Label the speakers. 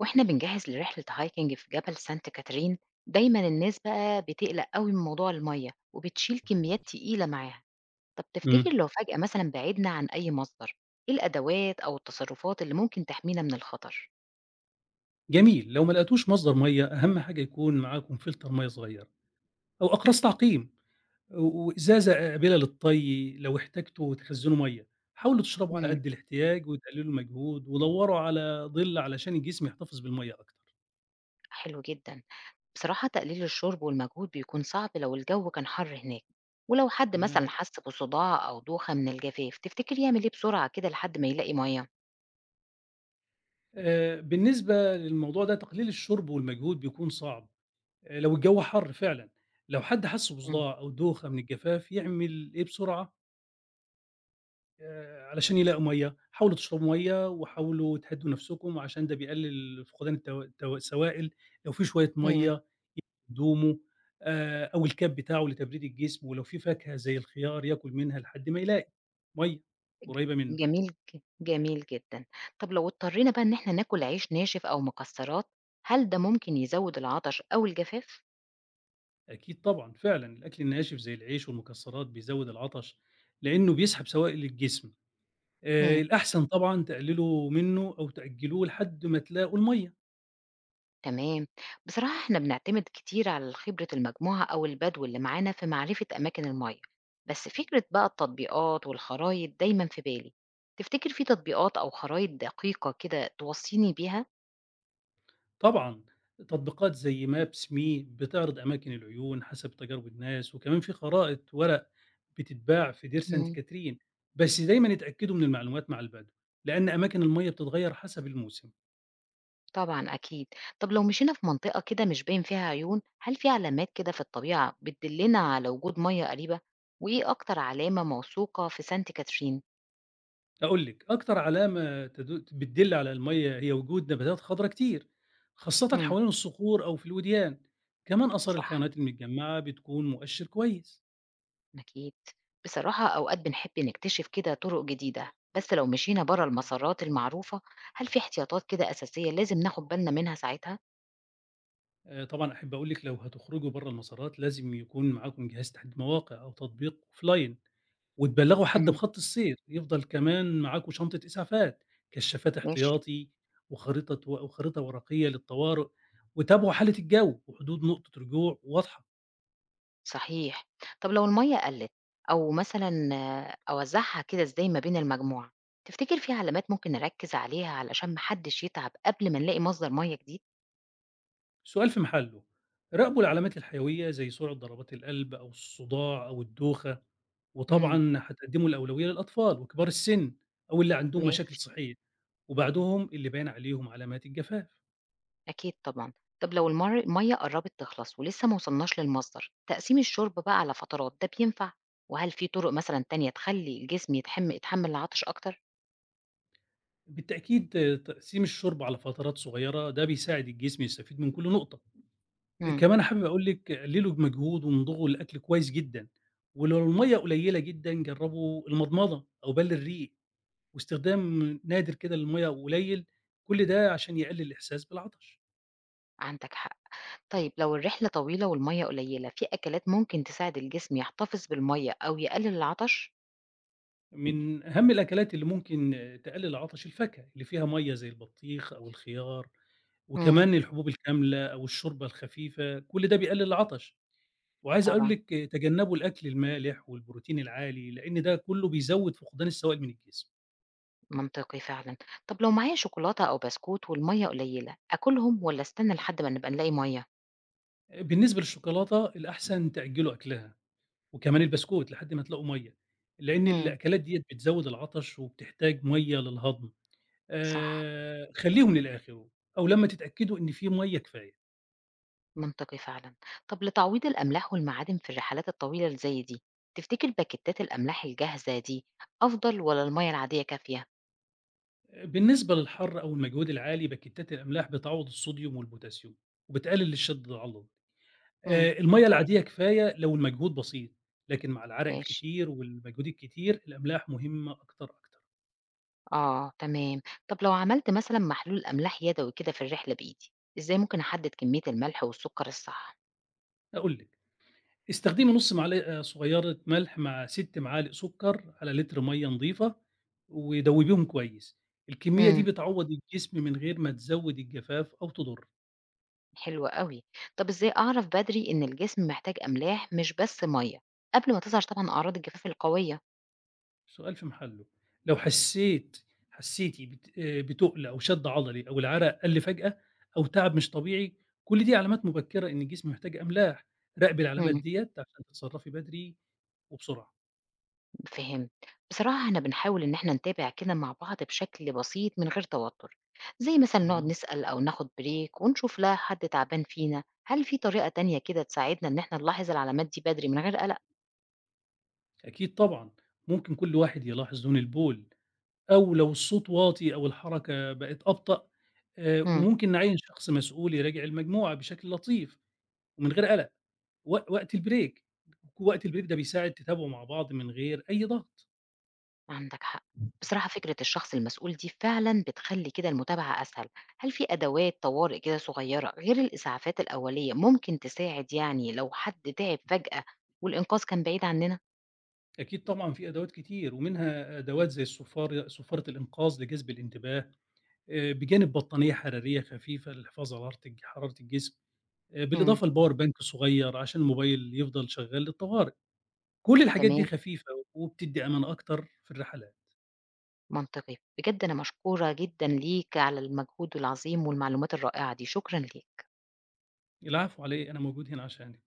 Speaker 1: واحنا بنجهز لرحلة هايكنج في جبل سانت كاترين. دايما الناس بقى بتقلق قوي من موضوع المية وبتشيل كميات تقيلة معاها. طب
Speaker 2: إمم،
Speaker 1: تفتكر لو فجأة مثلا بعدنا عن أي مصدر، ايه الأدوات أو التصرفات اللي ممكن تحمينا من الخطر؟
Speaker 2: جميل، لو ما لقيتوش مصدر مَيّة أهم حاجة يكون معاكم فلتر مَيّة صغير أو أقراص تعقيم وإزازة قابلة للطَّي لو احتاجتوا تخزّنوا مَيّة، حاولوا تشربوا على
Speaker 1: مم.
Speaker 2: قد الاحتياج وتقللوا المجهود ودوّروا على ظِل علشان الجسم يحتفظ بالمَيّة أكتر،
Speaker 1: حلو جدا. بصراحة تقليل الشرب والمجهود بيكون صعب لو الجو كان حر هناك، ولو حد مثلا
Speaker 2: تمام،
Speaker 1: حس بصداع أو دوخة من الجفاف تفتكر يعمل ايه بسرعة كده لحد ما يلاقي مية؟
Speaker 2: بالنسبة للموضوع ده تقليل الشرب والمجهود بيكون صعب لو الجو حَر فعلًا، لو حد حَس
Speaker 1: مم.
Speaker 2: بصداع أو دوخة من الجفاف يعمل إيه بسرعة؟ علشان يلاقوا مَيّة، حاولوا تشربوا مَيّة وحاولوا تهدّوا نَفْسكم عشان ده بيقلل فقدان التو التو السوائل، لو في شوية
Speaker 1: مم.
Speaker 2: مَيّة هدومه أو الكاب بتاعه لتبريد الجسم، ولو في فاكهة زي الخيار ياكل منها لحد ما يلاقي مَيّة قريبة منه.
Speaker 1: جميل جميل جدًا. طب لو اضطرينا بقى إن إحنا ناكل عيش ناشف أو مكسرات، هل ده ممكن يزوّد العطش أو الجفاف؟
Speaker 2: أكيد طبعًا فعلًا الأكل الناشف زي العيش والمكسرات بيزوّد العطش لإنه بيسحب سوائل الجسم.
Speaker 1: إمم،
Speaker 2: الأحسن طبعًا تقللوا منه أو تأجّلوه لحد ما تلاقوا المَيّة.
Speaker 1: تمام. بصراحة إحنا بنعتمد كتير على خبرة المجموعة أو البدو اللي معانا في معرفة أماكن المَيّة، بس فكرة بقى التطبيقات والخرايط دايمًا في بالي. تفتكر في تطبيقات أو خرايط دقيقة كده توصّيني بيها؟
Speaker 2: طبعًا، تطبيقات زي Maps Me بتعرض أماكن العيون حسب تجارب الناس، وكمان في خرائط ورق بتتباع في دير سانت كاترين، بس دايمًا اتأكدوا من المعلومات مع البدو، لأن أماكن المَيّة بتتغيّر حسب الموسم.
Speaker 1: طبعًا أكيد. طب لو مشينا في منطقة كده مش باين فيها عيون، هل في علامات كده في الطبيعة بتدلنا على وجود مَيَّة قريبة؟ وإيه أكتر علامة موثوقة في سانت كاترين؟
Speaker 2: أقول لِك أكتر علامة بتدل على المَيّة هي وجود نباتات خضرا كتير، خاصةً
Speaker 1: إمم.
Speaker 2: حوالين الصخور أو في الوديان، كمان آثار
Speaker 1: صح،
Speaker 2: الحيوانات المتجمّعة بتكون مؤشر كويس.
Speaker 1: أكيد. بصراحة أوقات بنحب نكتشف كده طرق جديدة، بس لو مشينا برا المسارات المعروفة، هل في احتياطات كده أساسية لازم ناخد بالنا منها ساعتها؟
Speaker 2: طبعًا أحب أقول لِك لو هتخرجوا برّه المسارات لازم يكون معاكم جهاز تحديد مواقع أو تطبيق offline وتبلّغوا حد
Speaker 1: إمم،
Speaker 2: بخط السير، يفضل كمان معاكم شنطة إسعافات، كشّافات
Speaker 1: ماشي.
Speaker 2: احتياطي وخريطة ورقية للطوارئ، وتابعوا حالة الجو وحدود نقطة رجوع واضحة.
Speaker 1: صحيح. طب لو المَيّة قَلِّت أو مثلًا آه، أوزّعها كده إزاي ما بين المجموعة، تفتكر في علامات ممكن نركّز عليها علشان ما حدّش يتعب قبل ما نلاقي مصدر مَيّة جديد؟
Speaker 2: السؤال في محله، راقبوا العلامات الحيوية زي سرعة ضربات القلب أو الصداع أو الدوخة،
Speaker 1: إمم.
Speaker 2: وطبعًا هتقدموا الأولوية للأطفال وكبار السن أو اللي عندهم مشاكل
Speaker 1: ماشي،
Speaker 2: صحية، وبعدهم اللي باين عليهم علامات الجفاف.
Speaker 1: أكيد طبعًا. طب لو المَيّة قرّبت تخلص ولسه ما وصلناش للمصدر، تقسيم الشُرب بقى على فترات ده بينفع؟ وهل في طُرق مثلًا تانية تخلّي الجسم يتحمّل العطش أكتر؟
Speaker 2: بالتأكيد آه، تقسيم الشرب على فترات صغيرة ده بيساعد الجسم يستفيد من كل نقطة.
Speaker 1: إمم،
Speaker 2: كمان حابب أقول لِك قلّلوا بمجهود وامضغوا الأكل كويس جدًا، ولو المَيّة قليّلة جدًا جرّبوا المضمضة أو بَل الريق، واستخدام نادر كده للمَيّة وقليل، كل ده عشان يقلل الإحساس بالعطش.
Speaker 1: عندك حق. طيب لو الرحلة طويلة والمَيّة قليّلة، في أكلات ممكن تساعد الجسم يحتفظ بالمَيّة أو يقلل العطش؟
Speaker 2: من أهم الأكلات اللي ممكن تقلل العطش الفاكهة اللي فيها مَيّة زي البطيخ أو الخيار،
Speaker 1: إمم،
Speaker 2: وكمان الحبوب الكاملة أو الشوربة الخفيفة، كل ده بيقلل العطش. وعايز أقول
Speaker 1: طبعًا،
Speaker 2: لِك تجنبوا الأكل المالح والبروتين العالي، لإن ده كله بيزوّد فقدان السوائل من الجسم.
Speaker 1: منطقي فعلًا. طب لو معايا شوكولاتة أو بسكوت والمَيّة قليّلة، آكلهم والّا استنى لحد ما نبقى نلاقي مَيّة؟
Speaker 2: بالنسبة للشوكولاتة الأحسن تعجّلوا أكلها، وكمان البسكوت لحد ما تلاقوا مَيّة، لإن
Speaker 1: إمم،
Speaker 2: الأكلات ديّة بتزوّد العطش وبتحتاج مَيّة للهضم،
Speaker 1: صح،
Speaker 2: خلّيهم للآخر أو لمّا تتأكدوا إن في مَيّة كفاية.
Speaker 1: منطقي فعلًا. طب لتعويض الأملاح والمعادن في الرحلات الطويلة اللي زي دي، تفتكر باكيتات الأملاح الجاهزة دي أفضل والّا المَيّة العادية كافية؟
Speaker 2: بالنسبة للحَر أو المجهود العالي، باكيتات الأملاح بتعوّض الصوديوم والبوتاسيوم وبتقلل الشد العضلي.
Speaker 1: إمم،
Speaker 2: المَيّة العادية كفاية لو المجهود بسيط، لكن مع العرق
Speaker 1: ماشي،
Speaker 2: الكتير والمجهود الكتير، الأملاح مهمة أكتر، أكتر.
Speaker 1: آه، تمام. طب لو عملت مثلًا محلول أملاح يدوي كده في الرحلة بإيدي، إزاي ممكن أحدد كمية الملح والسكر الصح؟
Speaker 2: قُل لي. استخدمي نُص معلقة صغيرة ملح مع 6 معالق سكر على لتر مَيّة نضيفة، ودوّبيهم كويس، الكمية دي
Speaker 1: إمم.
Speaker 2: بتعوّض الجسم من غير ما تزوّد الجفاف أو تضر،
Speaker 1: حلو أوي. طب إزاي أعرف بدري إن الجسم محتاج أملاح مش بس مَيّة، قبل ما تظهر طبعًا أعراض الجفاف القوية؟
Speaker 2: السؤال في محله، لو حسيتِ بت بتُقل أو شد عضلي أو العرق قَل فجأة أو تعب مش طبيعي، كل دي علامات مبكرة إن الجسم محتاج أملاح، راقبي العلامات
Speaker 1: إمم،
Speaker 2: ديّة عشان تتصرّفي بدري وبسرعة.
Speaker 1: فهمت. بصراحة إحنا بنحاول إن إحنا نتابع كده مع بعض بشكل بسيط من غير توتر، زي مثلًا نقعد
Speaker 2: جميل،
Speaker 1: نسأل أو ناخد بريك ونشوف لو حد تعبان فينا، هل في طريقة تانية كده تساعدنا إن إحنا نلاحظ العلامات دي بدري من غير قلق؟
Speaker 2: أكيد طبعًا، ممكن كل واحد يلاحظ لون البول أو لو الصوت واطي أو الحركة بقت أبطأ
Speaker 1: إمم.
Speaker 2: وممكن نعيّن شخص مسؤول يراجع المجموعة بشكل لطيف ومن غير قلق، و وقت البريك، وقت البريك ده بيساعد تتابعوا مع بعض من غير أي ضغط،
Speaker 1: عندك حق. بصراحة فكرة الشخص المسؤول دي فعلا بتخلي كده المتابعة أسهل. هل في أدوات طوارئ كده صغيرة غير الإسعافات الأولية ممكن تساعد يعني لو حد تعب فجأة والإنقاذ كان بعيد عننا؟
Speaker 2: أكيد طبعًا في أدوات كتير ومنها أدوات زي صفارة الإنقاذ لجذب الانتباه، بجانب بطانية حرارية خفيفة للحفاظ على حرارة الجسم،
Speaker 1: مم.
Speaker 2: بالإضافة لpower bank صغير عشان الموبايل يفضل شغال للطوارئ، كل الحاجات دي
Speaker 1: تمام.
Speaker 2: خفيفة وبتدّي أمان أكتر في الرحلات.
Speaker 1: منطقي بجد، أنا مشكورة جدا ليك على المجهود العظيم والمعلومات الرائعة دي، شكرا ليك.
Speaker 2: العفو على إيه؟ أنا موجود هنا عشانِك.